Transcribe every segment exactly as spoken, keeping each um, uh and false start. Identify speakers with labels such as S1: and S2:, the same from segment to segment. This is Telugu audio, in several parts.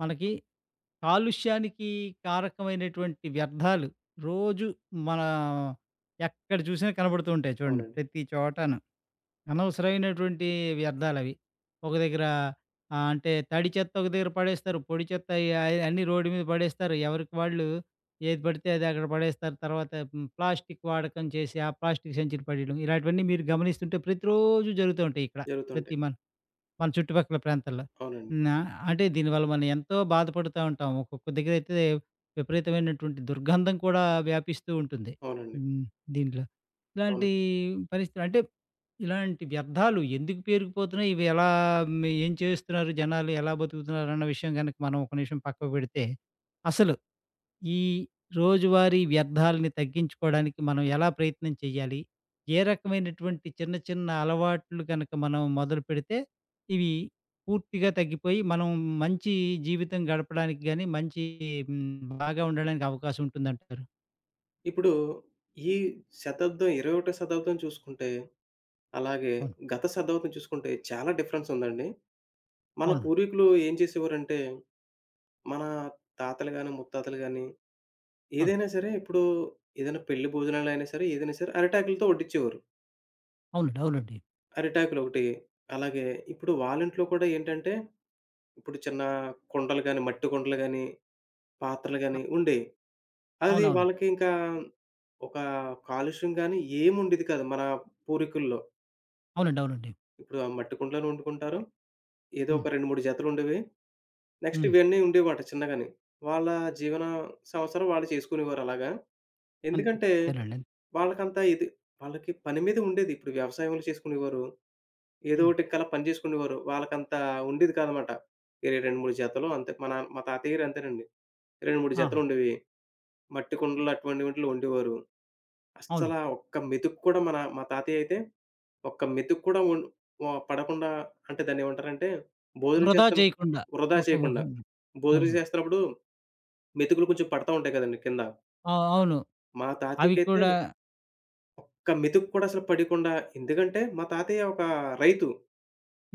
S1: మనకి కాలుష్యానికి కారకమైనటువంటి వ్యర్థాలు రోజు మన ఎక్కడ చూసినా కనబడుతూ ఉంటాయి చూడండి
S2: అవునండి.
S1: ప్రతి చోటను. అనవసరమైనటువంటి వ్యర్థాలవి. ఒక దగ్గర ఆహ్, అంటే తడి చెత్త ఒక దగ్గర పడేస్తారు. పొడి చెత్త అయి అయి అన్నీ రోడ్డు మీద పడేస్తారు. ఎవరికి వాళ్ళు ఏది పడితే అది అక్కడ పడేస్తారు. తర్వాత హ్మ్, ప్లాస్టిక్ వాడకం చేసి ఆ ప్లాస్టిక్ సంచులు పడేయడం ఇలాంటివన్నీ మీరు గమనిస్తుంటే ప్రతిరోజు జరుగుతూ ఉంటాయి ఇక్కడ. ప్రతి
S2: జరుగుతుంటాయి.
S1: మన మన చుట్టుపక్కల ప్రాంతాల్లో.
S2: అవునండి.
S1: నా అంటే దీనివల్ల మనం ఎంతో బాధపడుతా ఉంటాం. ఒక్కొక్క దగ్గరైతే విపరీతమైనటువంటి దుర్గంధం కూడా వ్యాపిస్తూ ఉంటుంది.
S2: అవునండి.
S1: హ్మ్. దీంట్లో.
S2: అవును.
S1: ఇలాంటి పరిస్థితులు అంటే ఇలాంటి వ్యర్థాలు ఎందుకు పేరుకుపోతున్నాయి? ఇవి ఎలా మ్, ఏం చేస్తున్నారు జనాలు? ఎలా బతుకుతున్నారు? అన్న విషయం గనక మనం ఒక నిమిషం పక్కకు పెడితే అసలు ఈ రోజువారీ వ్యర్థాలని తగ్గించుకోవడానికి మనం ఎలా ప్రయత్నం చేయాలి? ఏ రకమైనటువంటి చిన్న చిన్న అలవాట్లు గనక మనం మొదలుపెడితే ఇవి పూర్తిగా తగ్గిపోయి మనం మంచి జీవితం గడపడానికి గాని, మంచి హ్మ్, బాగా ఉండడానికి అవకాశం ఉంటుందంటారు.
S2: ఇప్పుడు ఈ శతాబ్దం, ఇరవై ఒకటవ శతాబ్దం చూసుకుంటే, అలాగే
S1: అవును.
S2: గత శతాబ్దం చూసుకుంటే చాలా డిఫరెన్స్ ఉందండి. మన
S1: అవును.
S2: పూర్వీకులు ఏం చేసేవారంటే, మన తాతలు గాని, ముత్తాతలు గాని
S1: అవును.
S2: ఏదైనా సరే ఇప్పుడు ఏదైనా పెళ్లి భోజనాలైనా సరే, ఏదైనా సరే అరిటాకులతో వడ్డించేవారు.
S1: అవునండి. అవునండి.
S2: అరిటాకులొకటి. అలాగే ఇప్పుడు వాళ్ళ ఇంట్లో కూడా ఏంటంటే, ఇప్పుడు చిన్న కుండలు గాని, మట్టి కుండలు గాని, పాత్రలు
S1: అ!
S2: గాని ఉండేవి. అది
S1: అవునవును.
S2: వాళ్ళకి ఇంకా ఒక కాలుష్యం గాని ఏముండేది కాదు. మన పూర్వీకుల్లో.
S1: అవునండి. అవునండి.
S2: ఇప్పుడు ఆ మట్టి కుండలోనే వండుకుంటారు. ఏదో
S1: హ్మ్.
S2: ఒక రెండు, మూడు జతలుండేవి. నెక్స్ట్
S1: హ్మ్.
S2: ఇవన్నీ ఉండేవమాట చిన్నగాని. వాళ్ళ జీవన సంవత్సరం వాళ్ళు చేసుకునేవారు అలాగా. ఎందుకంటే
S1: అంతేనండి.
S2: వాళ్ళకంత ఇది వాళ్ళకి పని మీద ఉండేది. ఇప్పుడు వ్యవసాయంలో చేసుకునేవారు. ఏదో
S1: హ్మ్.
S2: ఒకటికి అలా పని చేసుకునేవారు. వాళ్ళకంత ఉండేది కాదనమాట. ఏ రెండు, మూడు జతలు అంతే. మా నాన్న మా తాతయ్య గారు అంతేనండి. రెండు, మూడు
S1: ఆ!
S2: జతలుండేవి. మట్టి కుండలు అటువంటి వాటిలో వండేవారు. అస్సల
S1: అవును.
S2: ఒక్క మెతుకు కూడా మన మా తాతయ్య అయితే ఒక్క మెతుకు కూడా ఉన్ ఆహ్, పడకుండా అంటే దాన్నేమంటారంటే, భోజనం
S1: వృధా
S2: చేస్తాను
S1: చేయకుండా.
S2: వృధా
S1: ఒక ఒక
S2: చేయకుండా. భోజనం
S1: అవును.
S2: చేస్తున్నప్పుడు మెతుకులు కొంచెం పడతా ఉంటాయి కదండీ కింద.
S1: ఆ! అవును.
S2: మా
S1: అవి
S2: తాతయ్యకైతే
S1: కూడా
S2: ఒక్క మెతుకు కూడా అసలు పడకుండా ఎందుకంటే, మా తాతయ్య ఒక రైతు.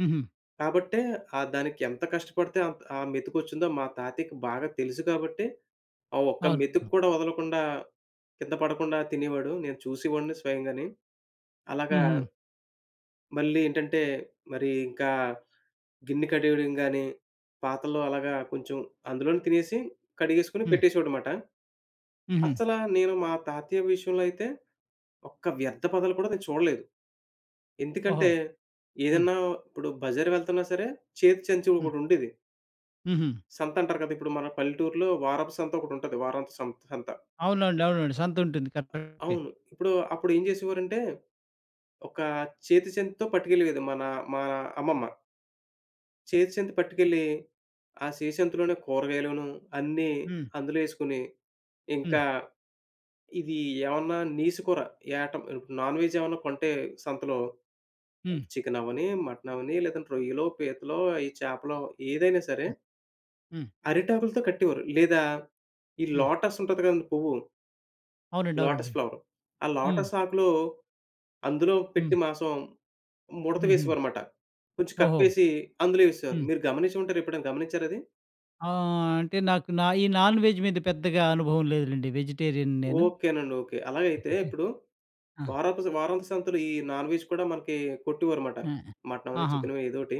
S1: హుహు.
S2: కాబట్టే ఆహ్, దానికి ఎంత కష్టపడితే అంత ఆ మెతుకొచ్చిందో మా తాతయ్యకి బాగా తెలుసు కాబట్టి, ఆ ఒక్క
S1: అవును.
S2: మెతుకు కూడా వదలకుండా కింద పడకుండా తినేవాడు. నేను చూసేవాడిని స్వయంగానే. అలాగా
S1: హుహు.
S2: మళ్ళీ ఏంటంటే, మరి ఇంకా గిన్నె కడిగడం గాని, పాత్రలు అలాగా కొంచెం అందులోనే తినేసి కడిగేసుకొని
S1: హ్మ్.
S2: పెట్టేసేవాడనమాట.
S1: హుహు.
S2: అస్సల నేను మా తాతయ్య విషయంలో అయితే ఒక్క వ్యర్థ పదాలు కూడా నేను చూడలేదు.
S1: ఓహో!
S2: ఎందుకంటే
S1: హ్మ్.
S2: ఏదన్నా ఇప్పుడు బజార్ వెళ్తున్నా సరే చేతి చెంచు
S1: హ్మ్.
S2: ఒకటుండేది.
S1: హుహు.
S2: సంత అంటారు కదా! ఇప్పుడు మన పల్లెటూరులో వారపు సంత ఒకటుంటది. వారాంతపు సం సంత. సంత
S1: అవునండి. అవునండి. సంతుంటుంది. కరెక్టే.
S2: అవును. ఇప్పుడు అప్పుడు ఏం చేసేవారంటే ఒక చేతి చెంచుతో పట్టుకెళ్ళేది మన మా అమ్మమ్మ. చేతి చెంచు పట్టుకెళ్ళి, ఆ చేతి చెంచులోనే కూరగాయలును అన్నీ
S1: హ్మ్.
S2: అందులో యేసుకొని
S1: హ్మ్.
S2: ఇంకా ఇది ఏమన్నా నీసు కూర, ఏటం ఇప్పుడు నాన్‌వెజ్ ఏమన్నా కొంటే సంతలో
S1: హ్మ్.
S2: చికెన్ అవ్వని, మటన్ అవ్వని లేదంటే రొయ్యలో, పీతలో, ఈ చేపలో ఏదైనా సరే
S1: హ్మ్. హ్మ్.
S2: అరిటాకులతో కట్టేవారు. లేదా ఈ
S1: హ్మ్.
S2: లోటస్ ఉంటది కదండీ పువ్వు,
S1: అవునండి.
S2: లోటస్
S1: అవునండి.
S2: ఫ్లవర్. ఆ
S1: హ్మ్.
S2: లోటస్ ఆకులో అందులో
S1: హ్మ్.
S2: పెట్టి మాంసం ముడత
S1: హుహు.
S2: వేసేవారన్నమాట. కొంచెం
S1: ఓహో!
S2: కప్పేసి అందులో వేసేవారు.
S1: హ్మ్.
S2: మీరు గమనించి ఉంటారు ఎప్పుడైనా గమనించారా అది?
S1: ఆహ్, అంటే నాకు నా ఈ నాన్ వెజ్ మీద పెద్దగా అనుభవం లేదులెండి. వెజిటేరియన్ నేను.
S2: ఓకేనండి. ఓకే. అలాగైతే ఇప్పుడు
S1: ఆ!
S2: వారపు వారాంత సంతలో ఈ నాన్ వెజ్ కూడా మనకి కొట్టేవారమాట.
S1: ఆ!
S2: మటనో,
S1: ఆహా!
S2: చికెనో ఏదోటి.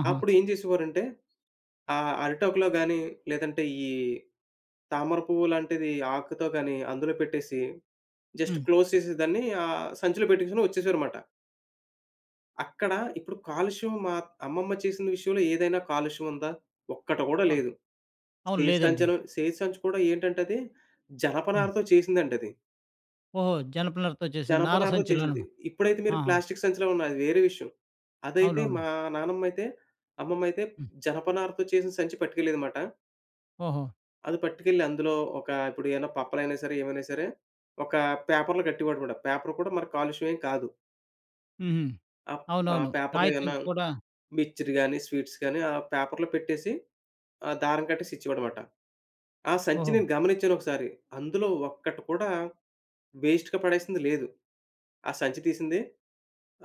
S1: ఆహా!
S2: అప్పుడు ఏం చేసేవారంటే, ఆహ్, అరిటాకులో గాని, లేదంటే ఈ తామర పువ్వు లాంటిది ఆకుతో గాని అందులో పెట్టేసి, జస్ట్
S1: హ్మ్.
S2: క్లోజ్ చేసి దాన్ని ఆహ్, సంచిలో పెట్టేసుకొని వచ్చేసారమాట. అక్కడ ఇప్పుడు కాలుష్యం మా అమ్మమ్మ చేసిన విషయంలో ఏదైనా కాలుష్యం ఉందా? ఒక్కటి కూడా
S1: ఆ!
S2: లేదు.
S1: అవును.
S2: సేదు
S1: లేదండి.
S2: సంచనం సేదు సంచి కూడా ఏంటంటే అది
S1: హ్మ్.
S2: జనపనారతో చేసిందంటది.
S1: ఓహో! జనపనారతో చేసిన నార
S2: జనపనారతో
S1: సంచులోను.
S2: చేసింది. ఇప్పుడైతే మీరు
S1: ఆహా!
S2: ప్లాస్టిక్ సంచిలో ఉన్నాయి. అది వేరే విషయం. అదైతే
S1: అవునవును.
S2: మా నానమ్మయితే, అమ్మమ్మయితే
S1: హ్మ్.
S2: జనపనారతో చేసిన సంచి పట్టుకెళ్ళేదమాట.
S1: ఓహో!
S2: అది పట్టుకెళ్ళి అందులో ఒక ఇప్పుడు ఏమైనా పప్పలైనా సరే, ఏమైనా సరే ఒక పేపర్‌లో కట్టేవాడమాట. పేపర్ కూడా మరి కాలుష్యం ఏం కాదు.
S1: హుహు.
S2: ఆహ్, ఆ
S1: అవునవును.
S2: పేపర్‌లో
S1: కాగితం
S2: ఏమన్నా
S1: కూడా.
S2: మిక్చర్ గాని, స్వీట్స్ గాని ఆ పేపర్‌లో పెట్టేసి ఆహ్, దారం కట్టేసి ఇచ్చేవాడమాట. ఆ సంచి
S1: ఓహో!
S2: నేను గమనించాను ఒకసారి. అందులో ఒక్కటి కూడా వేస్ట్‌గా పడేసింది లేదు. ఆ సంచి తీసింది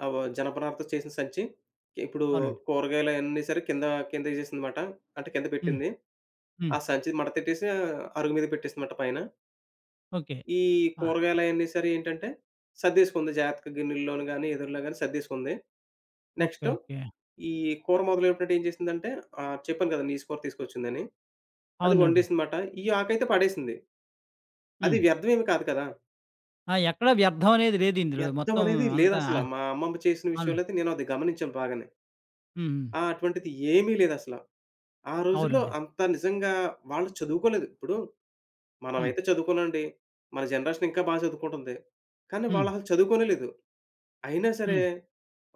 S2: ఆ! వ జనపనారతో చేసిన సంచి. ఇప్పుడు
S1: అవునండి.
S2: కూరగాయలయన్నీ సరే కింద కింద ఏసేసిందన్నమాట. అంటే కింద
S1: హ్మ్.
S2: పెట్టింది.
S1: హ్మ్.
S2: ఆ సంచి మడతెట్టేసి అరుగు మీద పెట్టేసిందన్నమాట పైన.
S1: ఓకే.
S2: ఈ
S1: ఆ!
S2: కూరగాయలయన్నీ సరే ఏంటంటే సర్దేసుకుంది జాగ్రత్తగా గిన్నెల్లోను గాని, ఎదురులో గాని సర్దేసుకుంది.
S1: ఓకే.
S2: Next
S1: okay.
S2: ఈ కూర మొదలెట్టినప్పుడు ఏం చేసిందంటే ఆహ్, చెప్పాను కదా! నీసు కూర తీసుకొచ్చిందని. అది
S1: అవునండి.
S2: వండేసిందన్నమాట. ఈ ఆకైతే పడేసింది. అది
S1: హ్మ్.
S2: వ్యర్థం ఏమి కాదు కదా!
S1: ఆ! ఎక్కడా వ్యర్థం అనేది లేదు ఇందులో.
S2: వ్యర్థం
S1: మొత్తం
S2: అనేది
S1: అంతా.
S2: లేదసల. మా అమ్మమ్మ చేసిన
S1: అవును.
S2: విషయంలో అయితే నేను అది గమనించాను బాగానే.
S1: హ్మ్. హ్మ్.
S2: ఆ! అటువంటిది ఏమీ లేదసల. ఆ రోజుల్లో
S1: అవునండి.
S2: అంత నిజంగా వాళ్ళు చదువుకోలేదు. ఇప్పుడు
S1: హ్మ్.
S2: మనమైతే చదువుకున్నామండి. మన జనరేషన్ ఇంకా బాగా చదువుకుంటుంది. కానీ
S1: హ్మ్.
S2: వాళ్ళసలు చదువుకోనే లేదు. అయినా సరే
S1: హ్మ్.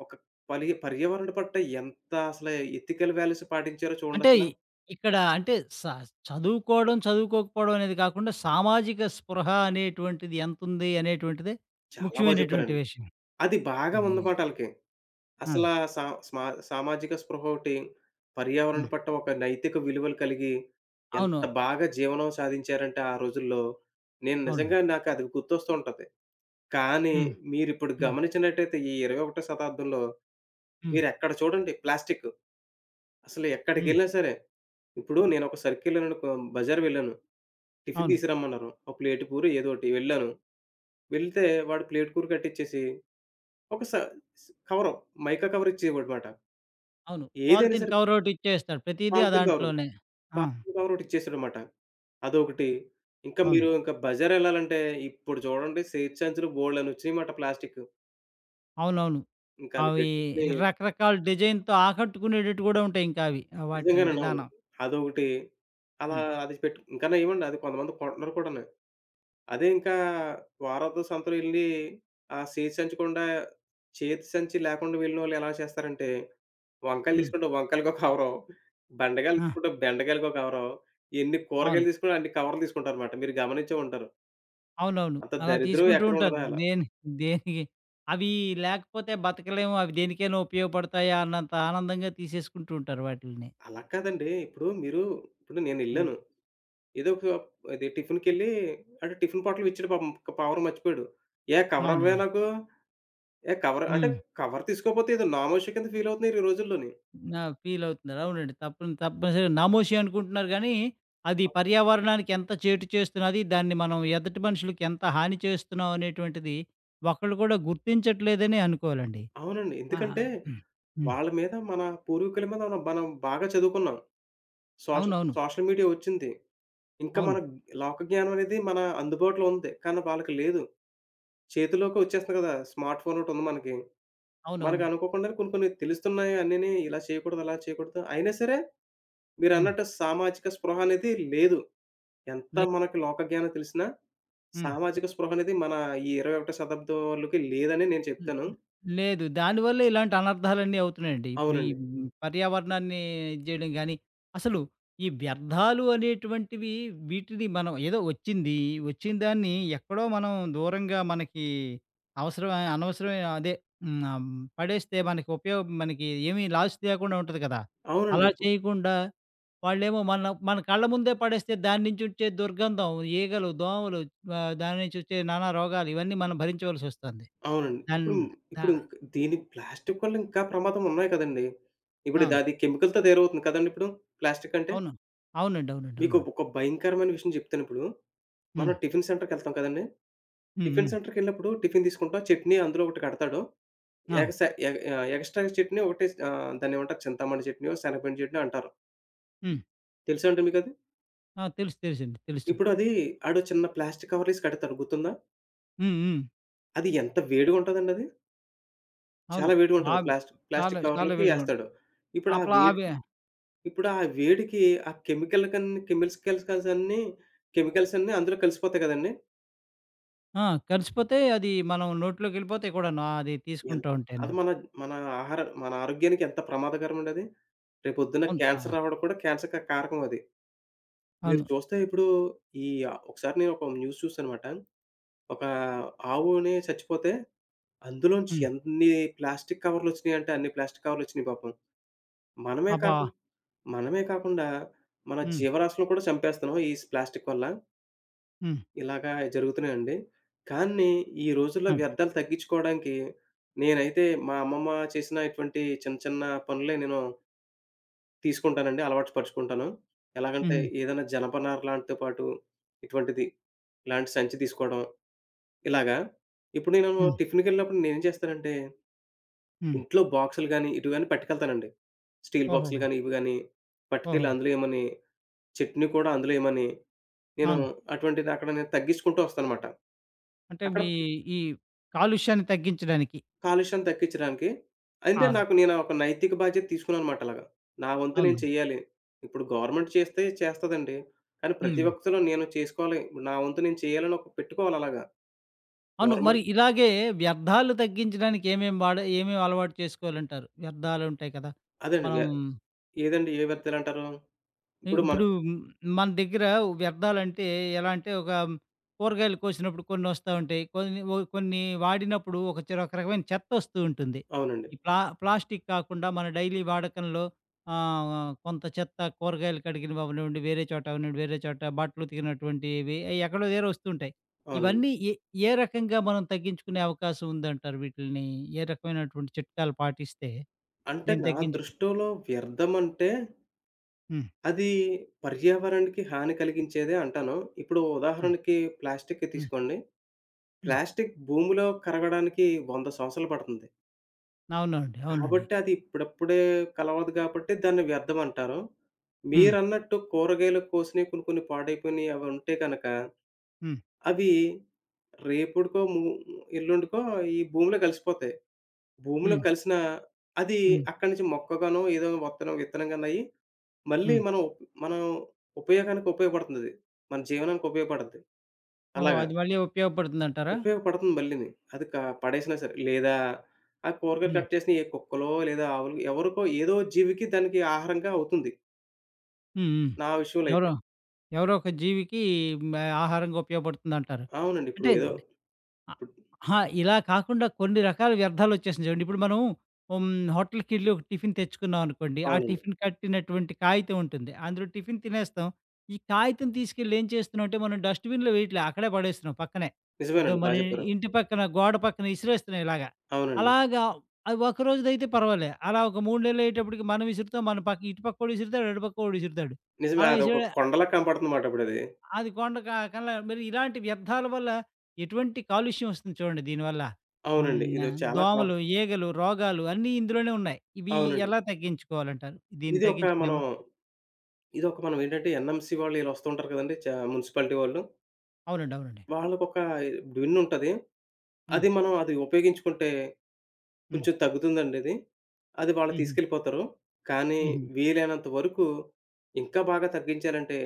S2: ఒక పలి పర్యావరణ పట్ల ఎంత అసలు ఎథికల్ వాల్యూస్ పాటించారో
S1: అంటే
S2: చూడండసల.
S1: ఇక్కడ అంటే స చదువుకోవడం, చదువుకోకపోవడం అనేది కాకుండా సామాజిక స్పృహ అనేటువంటిది ఎంతుంది అనేటువంటిదే
S2: చాలా బాగా
S1: ముఖ్యమైనటువంటి
S2: చెప్పారండి.
S1: విషయం.
S2: అది బాగా
S1: హ్మ్.
S2: ఉందమాట ఆళ్ళకి.
S1: ఆ!
S2: అసలా సా స్మా సామాజిక స్పృహ ఒకటి, పర్యావరణ
S1: హ్మ్.
S2: పట్ల ఒక నైతిక విలువలు కలిగి
S1: అవును.
S2: ఎంత బాగా జీవనం సాధించారంటే ఆ రోజుల్లో, నేను నిజంగా
S1: అవునండి.
S2: నాకు అది గుర్తొస్తూ ఉంటది. కానీ
S1: హ్మ్.
S2: మీరిప్పుడు
S1: హ్మ్.
S2: గమనించినట్టయితే ఈ ఇరవై ఒకటవ శతాబ్దంలో
S1: హ్మ్.
S2: మీరెక్కడ చూడండి ప్లాస్టిక్కు. అసలు
S1: హ్మ్.
S2: ఎక్కడికెళ్ళినా సరే, ఇప్పుడు నేనొక సర్కిల్‌లోనుకో బజార్ వెళ్ళాను. టిఫిన్
S1: అవును.
S2: తీసుకురమ్మన్నారు. ఒక ప్లేటు పూరో ఏదోటి వెళ్ళాను. వెళ్తే వాడు ప్లేట్ కూర కట్టిచ్చేసి ఒక స స్ కవరు మైకా కవర్ ఇచ్చేవాడమాట.
S1: అవును.
S2: ఏదైనా
S1: పాలిథీన్
S2: సరే
S1: కవర్ ఒకటి ఇచ్చేస్తాడు. ప్రతీదీ ఆ
S2: పాలిథీన్ కవరు.
S1: దాంట్లోనే. ఆ!
S2: పాలిథీన్ కవరొకటిచ్చేసాడమాట. అదొకటి. ఇంకా
S1: అవును.
S2: మీరు ఇంకా బజారెళ్ళాలంటే ఇప్పుడు చూడండి స్వేచ్ఛాంచులు బోలెడన్నొచ్చినియమాట ప్లాస్టిక్కు.
S1: అవునవును.
S2: ఇంకది
S1: అవి
S2: పెట్టుకొని
S1: రకరకాల డిజైన్‌తో ఆకట్టుకునేటట్టు గూడా ఉంటాయి ఇంకా అవి. ఆహ్, వాటిల
S2: నిజంగానండి. అవును.
S1: విధానం.
S2: అదొకటి. అలా
S1: హ్మ్.
S2: అది పెట్టు ఇంకా నయమండి. అది కొంతమంది కొంటున్నారు కూడాను. అదే ఇంకా వారాంతం సంతలో ఎళ్లి ఆ చేతి సంచకుండా చేతి సంచి లేకుండా వెళ్ళినోళ్ళు ఎలా చేస్తారంటే, వంకాయలు
S1: హ్మ్.
S2: తీసుకుంటే వంకాయలకో కవరు, బెండకాయలు
S1: ఆ!
S2: తీసుకుంటే బెండకాయలకో కవరు, ఎన్ని
S1: అవును.
S2: కూరగాయలు తీసుకున్నా అన్ని కవర్లు తీసుకుంటారన్నమాట. మీరు గమనించే ఉంటారు.
S1: అవునవును.
S2: అంత
S1: అలా
S2: దరిద్రం
S1: తీసుకుంటూ
S2: ఎక్కడ
S1: ఉంటారు.
S2: ఉండదు అలా.
S1: దేని దేనికి అవి లేకపోతే బతకలేము. అవి దేనికైనా ఉపయోగపడతాయా అన్నంత ఆనందంగా తీసేసుకుంటూ ఉంటారు వాటిల్ని.
S2: అలా కాదండి. ఇప్పుడు మీరు ఇప్పుడు
S1: హ్మ్.
S2: నేనెళ్ళాను. ఏదో ఒక అది టిఫిన్‌కెళ్ళి ఆడు టిఫిన్ బాటిల్ ఇచ్చాడు పాపం. కవర్ మర్చిపోయాడు. "ఏ కవర్ ఇవ్వవే
S1: అవునండి. అవును.
S2: నాకు" ఏ కవర్ అంటే
S1: హ్మ్.
S2: కవర్ తీసుకోకపోతే ఏదో నామోషి కింద ఫీల్ అవుతున్నారు ఈ రోజుల్లోని.
S1: నా ఫీలవుతున్నారు. అవునండి. తప్పని తప్పనిసరిగా నామోషి అనుకుంటున్నారు గానీ, అది
S2: అవును.
S1: పర్యావరణానికి ఎంత చేటు చేస్తున్నది, దాన్ని మనం ఎదుటి మనుషులకి ఎంత హాని చేస్తున్నాం అనేటువంటిది, ఒక్కళ్ళు కూడా గుర్తించట్లేదనే అనుకోవాలండి.
S2: అవునండి.
S1: ఆహా!
S2: ఎందుకంటే
S1: హ్మ్. హ్మ్.
S2: వాళ్ళ మీద మన పూర్వీకుల మీద మనం మనం బాగా చదువుకున్నాం. సోషల్
S1: అవునవును.
S2: సోషల్ మీడియా వచ్చింది. ఇంకా మన
S1: అవును.
S2: లోక జ్ఞానం అనేది మన అందుబాటులో ఉంది. కానీ వాళ్ళకి లేదు. చేతిలోకి వచ్చేస్తుంది కదా! స్మార్ట్ ఫోన్ ఒకటి ఉంది మనకి. మనకు
S1: అవునవును.
S2: అనుకోకుండానే కొన్ని కొన్ని తెలుస్తున్నాయి అన్నీని ఇలా చేయకూడదు, అలా చేయకూడదు. అయినా సరే
S1: హ్మ్.
S2: మీరన్నట్టు సామాజిక స్పృహ అనేది లేదు. ఎంత
S1: లే
S2: మనకి లోక జ్ఞానం తెలిసినా
S1: హ్మ్.
S2: సామాజిక స్పృహ అనేది మన ఈ ఇరవై ఒకటవ శతాబ్దం వాళ్ళకి లేదని నేను
S1: హ్మ్.
S2: చెప్తాను.
S1: హ్మ్. లేదు. దానివల్ల ఇలాంటి అనర్థాలన్నీ అవుతున్నాయండి. ఇప్పుడు ఈ
S2: అవునండి.
S1: హ్మ్, పర్యావరణాన్ని ఇది చేయడం గానీ, అసలు ఈ వ్యర్థాలు అనేటువంటివి వీటిని మనం ఏదో వచ్చింది, వచ్చిన దాన్ని ఎక్కడో మనం దూరంగా మనకి అవసరమై అనవసరమైన అదే హ్మ్, ఆహ్, పడేస్తే మనకి ఉపయోగం మనకి ఏమీ లాస్ లేకుండా ఉంటది కదా!
S2: అవునండి.
S1: అలా
S2: ఇప్పుడు
S1: చేయకుండా వాళ్ళేమో మన మన కళ్ళ ముందే పడేస్తే దాని నుంచి వచ్చే దుర్గంధం, ఈగలు, దోమలు ఆహ్, దాని నుంచి వచ్చే నానా రోగాలు ఇవన్నీ మనం భరించవలసొస్తుంది.
S2: అవునండి.
S1: దాన్
S2: ఇప్పుడు
S1: దా
S2: ఇప్పుడు ఇంక్ దీని ప్లాస్టిక్ వల్ల ఇంకా ప్రమాదం ఉన్నాయి కదండీ! ఇప్పుడు
S1: అవును.
S2: ద అది కెమికల్‌తో తయారవుతుంది కదండీ ఇప్పుడు. ప్లాస్టిక్ అంటే.
S1: అవును. అవునండి. అవునండి.
S2: మీకు
S1: అవునండి.
S2: ఒక భయంకరమైన విషయం చెప్తానిప్పుడు. మనం
S1: హ్మ్.
S2: టిఫిన్ సెంటర్‌కెళ్తాం కదండీ!
S1: హ్మ్.
S2: టిఫిన్
S1: హ్మ్.
S2: సెంటర్‌కెళ్ళినప్పుడు టిఫిన్ తీసుకుంటాం. చట్నీ అందులో ఒకటి కడతాడు.
S1: ఆ!
S2: ఎగస ఎగ ఆహ్, ఎక్స్‌ట్రా చట్నీ ఒకటి ఆహ్, దాన్నేమంటారు చింతామణి చట్నీయో, శనగపిండి చట్నీ అంటారు.
S1: హ్మ్.
S2: తెలుసా అండి మీకది?
S1: ఆ! తెలుసు. తెలుసండి. తెలుసు.
S2: ఇప్పుడు అది ఆడు చిన్న ప్లాస్టిక్ కవర్ ఏసి కడతాడు గుర్తుందా?
S1: హ్మ్. హ్మ్.
S2: అది ఎంత వేడిగుంటదండి అది?
S1: అవును.
S2: చాలా వేడిగుంటది.
S1: బాగా
S2: ప్లాస్టిక్
S1: చాలా
S2: ప్లాస్టిక్
S1: చాలా
S2: కవర్‌లోకి
S1: వేడిగా ఉంటాయి.
S2: ఏస్తాడు. ఇప్పుడు ఆ
S1: అప్పుడు
S2: వేడి
S1: అవి.
S2: ఇప్పుడు ఆ వేడికి ఆ కెమికల్ కన్ని కెమిస్కల్స్ అన్నీ కెమికల్స్ అన్నీ అందులో కలిసిపోతాయి గదండీ!
S1: ఆ! కలిసిపోతే అది మనం నోట్లోకెళ్ళిపోతాయి కూడాను. అది
S2: ఎన్
S1: తీసుకుంటూ ఉంటేను.
S2: అది మన మన ఆహార మన ఆరోగ్యానికి ఎంత ప్రమాదకరమండి అది. రేపొద్దున
S1: అవును. చా
S2: క్యాన్సర్ రావడం కూడా క్యాన్సర్‌కి కారకం అది. మీరు
S1: అవును.
S2: చూస్తే ఇప్పుడు ఈ ఒకసారి నేను ఒక న్యూస్ చూసానమాట. ఒక ఆవుని చచ్చిపోతే అందులోంచి
S1: హ్మ్.
S2: ఎన్ని ప్లాస్టిక్ కవర్‌లొచ్చినియంటే అన్ని ప్లాస్టిక్ కవర్‌లొచ్చినియి పాపం. మనమే
S1: అబ్బా!
S2: కాకుం మనమే కాకుండా, మన
S1: హ్మ్.
S2: జీవరాశులను కూడా చంపేస్తున్నాం ఈ స్ ప్లాస్టిక్ వల్ల.
S1: హ్మ్.
S2: ఇలాగా జరుగుతున్నాయండి. కానీ, ఈ రోజుల్లో
S1: ఆ!
S2: వ్యర్థాలు తగ్గించుకోవడానికి నేనైతే మా అమ్మమ్మ చేసిన ఇటువంటి చిన్న, చిన్న పనులే నేను తీసుకుంటానండి. అలవాటు పరుచుకుంటాను. ఎలాగంటే,
S1: హుహు.
S2: ఏదైనా జనపనార లాంటితో పాటు ఇటువంటిది, ఇలాంటి సంచి తీసుకోవడం ఇలాగా. ఇప్పుడు నేను
S1: హ్మ్.
S2: టిఫిన్‌కెళ్ళినప్పుడు నేనేం చేస్తానంటే,
S1: హ్మ్.
S2: ఇంట్లో బాక్సులు గానీ, ఇటు గాని పట్టుకెళ్తానండి. స్టీల్ బాక్సులు
S1: ఓహోహో!
S2: గానీ, ఇవి గానీ పట్టుకెళ్ళి
S1: ఓహో!
S2: అందులో ఏమోని చట్నీ కూడా అందులో ఏయమని, నేను
S1: అవును.
S2: అటువంటిది అక్కడ నేను తగ్గించుకుంటూ వస్తానమాట.
S1: అంటే
S2: అక్కడ
S1: మీ ఈ కాలుష్యాన్ని తగ్గించడానికి.
S2: కాలుష్యాన్ని తగ్గించడానికి అంటే
S1: ఆ!
S2: నాకు నేను ఒక నైతిక బాధ్యత తీసుకున్నానమాట అలాగా. నా వంతు నేను
S1: అవును.
S2: చేయాలి. ఇప్పుడు గవర్నమెంట్ చేస్తే చేస్తదండి. కానీ ప్రతి
S1: హ్మ్.
S2: ఒక్కళ్ళు నేను చేసుకోవాలి. ఇప్పుడు నా వంతు నేను చేయాలని ఒక పెట్టుకోవాలి అలాగా.
S1: అవును. మరి
S2: గవర్నమెంట్
S1: ఇలాగే వ్యర్థాలు తగ్గించడానికి ఏమేం వాడ ఏమేమి అలవాటు చేసుకోవాలంటారు? వ్యర్థాలుంటాయి కదా!
S2: అదండి. వ్య
S1: మనం
S2: ఏదండి ఏ వ్యర్థాలంటారు?
S1: ఇ
S2: ఇప్పుడు
S1: ఇప్పుడు
S2: మనకు
S1: హ్మ్, మన దగ్గర వ్యర్థాలంటే ఎలా అంటే ఒక కూరగాయలు కోసినప్పుడు కొన్ని వస్తా ఉంటాయి. కొన్ని ఓ కొన్ని వాడినప్పుడు ఒక చె ఒక రకమైన చెత్త వస్తూ ఉంటుంది.
S2: అవునండి.
S1: ఈ ప్లా ప్లాస్టిక్ కాకుండా మన డైలీ వాడకంలో ఆహ్, కొంత చెత్త కూరగాయలు కడిగినవి అవ్వనివ్వండి, వేరే చోట అవ్వనివ్వండి, వేరే చోట బట్టలు ఉతికినటువంటివి అయి ఎక్కడో దగ్గర వస్తుంటాయి.
S2: అవునండి.
S1: ఇవన్నీ ఏ ఏ రకంగా మనం తగ్గించుకునే అవకాశం ఉందంటారు వీటిల్ని? ఏ రకమైనటువంటి చిట్కాలు పాటిస్తే
S2: అంటే
S1: దీన్ని
S2: నా
S1: తగ్గించుకు
S2: దృష్టిలో వ్యర్థమంటే
S1: హ్మ్.
S2: అది పర్యావరణానికి హాని కలిగించేదే అంటాను. ఇప్పుడు
S1: హ్మ్.
S2: ఉదాహరణకి ప్లాస్టిక్కే
S1: హ్మ్.
S2: తీసుకోండి.
S1: హ్మ్.
S2: ప్లాస్టిక్ భూమిలో కరగడానికి వంద సంవత్సరాలు పడుతుంది.
S1: అవునండి. అవునండి.
S2: కాబట్టి అది ఇప్పుడప్పుడే కలవదు కాబట్టి దాన్ని వ్యర్థం అంటారు.
S1: హ్మ్.
S2: మీరన్నట్టు కూరగాయలు కోసినవి కొన్ని కొన్ని పాడైపోయినయి అవి ఉంటే గనక
S1: హ్మ్.
S2: అవి రేపుడుకో ము ఎల్లుండికో ఈ భూమిలో కలిసిపోతాయి. భూమిలో
S1: హ్మ్.
S2: కలిసినా అది
S1: హ్మ్.
S2: అక్కడి నుంచి మొక్కగానో ఏదో వత్తనం విత్తనంగానో అయ్యి మళ్ళీ
S1: హ్మ్.
S2: మనం ఉప్- మనం ఉపయోగానికి ఉపయోగపడుతుందది. మన జీవనానికి ఉపయోగపడుద్ది.
S1: ఓహో!
S2: అలాగ.
S1: అది మళ్ళీ ఉపయోగపడుతుందంటారా?
S2: ఉపయోగపడుతుంది మళ్ళీని. అది క పడేసినా సరే. లేదా ఆ కూరగాయలు
S1: హ్మ్.
S2: కట్ చేసిన ఏ కుక్కలో లేదా ఆవులో ఎవరికో ఏదో జీవికి దానికి ఆహారంగా అవుతుంది.
S1: హ్మ్. హ్మ్.
S2: నా విషయంలో అయితే.
S1: ఎవరో ఎవరో ఒక జీవికి మ ఆహారంగా ఉపయోగపడుతుందంటారు.
S2: అవునండి. ఇప్పుడు
S1: అంటే
S2: ఏదో
S1: అ
S2: ఇప్పుడు
S1: అహా! ఇలా కాకుండా కొన్ని రకాల వ్యర్థాలొచ్చేసినియి చూడండి. ఇప్పుడు మనం హ్మ్. హోటల్‌కెళ్ళి ఒక టిఫిన్ తెచ్చుకున్నాం అనుకోండి. ఆ
S2: అవునండి.
S1: టిఫిన్ కట్టినటువంటి కాగితం ఉంటుంది. అందులో టిఫిన్ తినేస్తాం. ఈ కాగితం తీసుకెళ్ళి ఏం చేస్తున్నాం అంటే మనం డస్ట్‌బిన్‌లో వేయట్లే. అక్కడే పడేస్తున్నాం పక్కనే. ఏదో
S2: నిజమేనండి. బా
S1: మన
S2: చెప్పారు.
S1: ఇంటి పక్కన గోడ పక్కన ఇసిరేస్తున్నాం ఇలాగా.
S2: అవునండి.
S1: అలాగా అది ఒకరోజుదైతే పర్వాలే. అలా ఒక మూడు నెలలయ్యేటప్పటికి మనం విసురుతాం. మన పక్క ఇటు పక్కోడు విసురుతాడు. అటు పక్కోడు విసురుతాడు.
S2: నిజమే.
S1: అలా
S2: అదొక
S1: విసిరే
S2: కొండలా కనపడుతుందన్నమాట ఇప్పుడది.
S1: అది కొండ క కల్లా మరి ఇలాంటి వ్యర్థాల వల్ల ఎటువంటి కాలుష్యం వస్తుంది చూడండి దీనివల్ల.
S2: అవునండి. ఇది
S1: హ్మ్.
S2: చాలా కాలం
S1: దోమలు, ఈగలు, రోగాలు అన్నీ ఇందులోనే ఉన్నాయి. ఇవి
S2: అవునండి.
S1: ఎలా తగ్గించుకోవాలంటారు? దీన్ని
S2: ఇది ఒక
S1: తగ్గించుకునే
S2: మనం
S1: మ
S2: ఇదొక మనం ఏంటంటే ఎన్‌ఎంసీ వాళ్ళు ఈళ్ళొస్తూ ఉంటారు కదండీ! చ మున్సిపాలిటీ వాళ్ళు.
S1: అవునండి. అవునండి.
S2: వాళ్ళకొక విన్ ఉంటది.
S1: హ్మ్.
S2: అది మనం అది ఉపయోగించుకుంటే
S1: హ్మ్.
S2: కొంచెం తగ్గుతుందండిది. అది వాళ్ళు
S1: హుహు.
S2: తీసుకెళ్ళిపోతారు. కానీ
S1: హుహు.
S2: వీలైనంత వరకు ఇంకా బాగా తగ్గించాలంటే,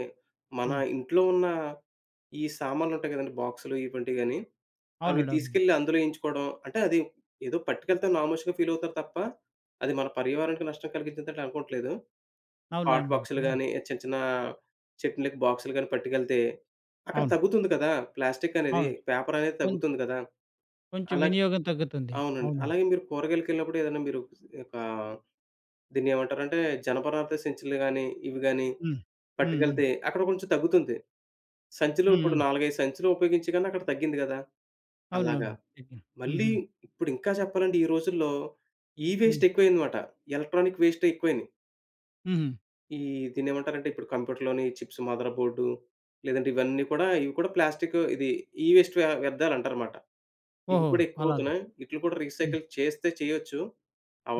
S2: మన
S1: హ్మ్.
S2: ఇంట్లో ఉన్న ఈ సామాన్లుంటాయి కదండీ! బాక్సులు ఇటువంటివి గాని, అవి
S1: అవునండి. అవునండి.
S2: తీసుకెళ్ళి అందులో ఎయించుకోవడం. అంటే అది ఏదో పట్టుకెళ్తాం నామోషీగా ఫీల్ అవుతారు తప్ప, అది మన పర్యావరణానికి నష్టం కలిగించిందని అనుకోవట్లేదు. హాట్
S1: అవునవునండి.
S2: బాక్సులు
S1: అవును.
S2: గాని, చిన్న చిన్న చట్నీలకి బాక్సులు గాని పట్టుకెళ్తే, అక్కడ
S1: అవును.
S2: తగ్గుతుంది కదా! ప్లాస్టిక్ అనేది,
S1: అవును.
S2: పేపర్ అనేది
S1: కొం
S2: తగ్గుతుంది కదా!
S1: కొంచెం
S2: అలా
S1: వినియోగం తగ్గుతుంది.
S2: అవునండి.
S1: అవునండి.
S2: అలాగే మీరు కూరగాయలకెళ్ళినప్పుడు ఏదైనా మీరు ఒక దీన్నేమంటారంటే, జనపనార సంచులు గాని, ఇవి గాని
S1: హ్మ్. హ్మ్. హ్మ్.
S2: పట్టుకెళ్తే అక్కడ కొంచెం తగ్గుతుంది. సంచులు
S1: హ్మ్.
S2: ఇప్పుడు
S1: హ్మ్.
S2: నాలుగు, ఐదు సంచులు ఉపయోగించి గాని అక్కడ తగ్గింది గదా! అలాగా.
S1: అవునవును. తగ్గింది.
S2: మళ్ళీ
S1: హుహు.
S2: ఇప్పుడు ఇంకా చెప్పాలంటే ఈ రోజుల్లో ఈ
S1: హ్మ్.
S2: వేస్ట్ ఎక్కువయిందన్నమాట. ఎలక్ట్రానిక్ వేస్టే ఎక్కువయినియి.
S1: హుహు.
S2: ఈ దీన్నేమంటారంటే ఇప్పుడు కంప్యూటర్‌లోని చిప్స్, మదర్ బోర్డు లేదంటే ఇవన్నీ కూడా ఇవి కూడా ప్లాస్టిక్ ఇది ఈ వేస్ట్ వ్యర్థాలంటారన్నమాట. ఇవి
S1: ఓహో!
S2: కూడా
S1: అలాగా.
S2: ఎక్కువవుతున్నాయి. ఇటిలిని కూడా
S1: హ్మ్.
S2: రీసైకిల్ చేస్తే చేయొచ్చు.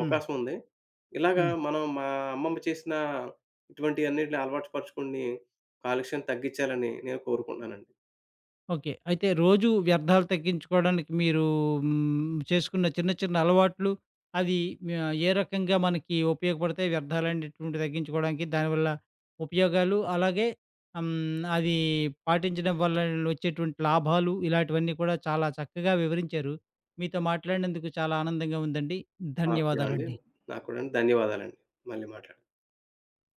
S1: హ్మ్.
S2: ఉంది. ఇలాగా
S1: హ్మ్.
S2: మనం మా అమ్మమ్మ చేసిన ఇటువంటియన్నిటిని అలవాటు పరుచుకొని, కాలుష్యం తగ్గించాలని నేను కోరుకుంటున్నానండి.
S1: ఓకే. అయితే రోజు వ్యర్థాలు తగ్గించుకోవడానికి మీరు హ్మ్, చేసుకున్న చిన్న చిన్న అలవాట్లు అవి ఆహ్, ఏ రకంగా మనకి ఉపయోగపడతాయి? వ్యర్థాలనేటువంటివి తగ్గించుకోవడానికి దానివల్ల ఉపయోగాలు, అలాగే హ్మ్, అది పాటించడం వల్ల వచ్చేటువంటి లాభాలు ఇలాంటివన్నీ కూడా చాలా చక్కగా వివరించారు. మీతో మాట్లాడినందుకు చాలా ఆనందంగా ఉందండి.
S2: నాకు కూడా అండి.
S1: ధన్యవాదాలండి.
S2: నాకు కూడా అండి. ధన్యవాదాలండి. మళ్ళీ మాట్లాడదాం.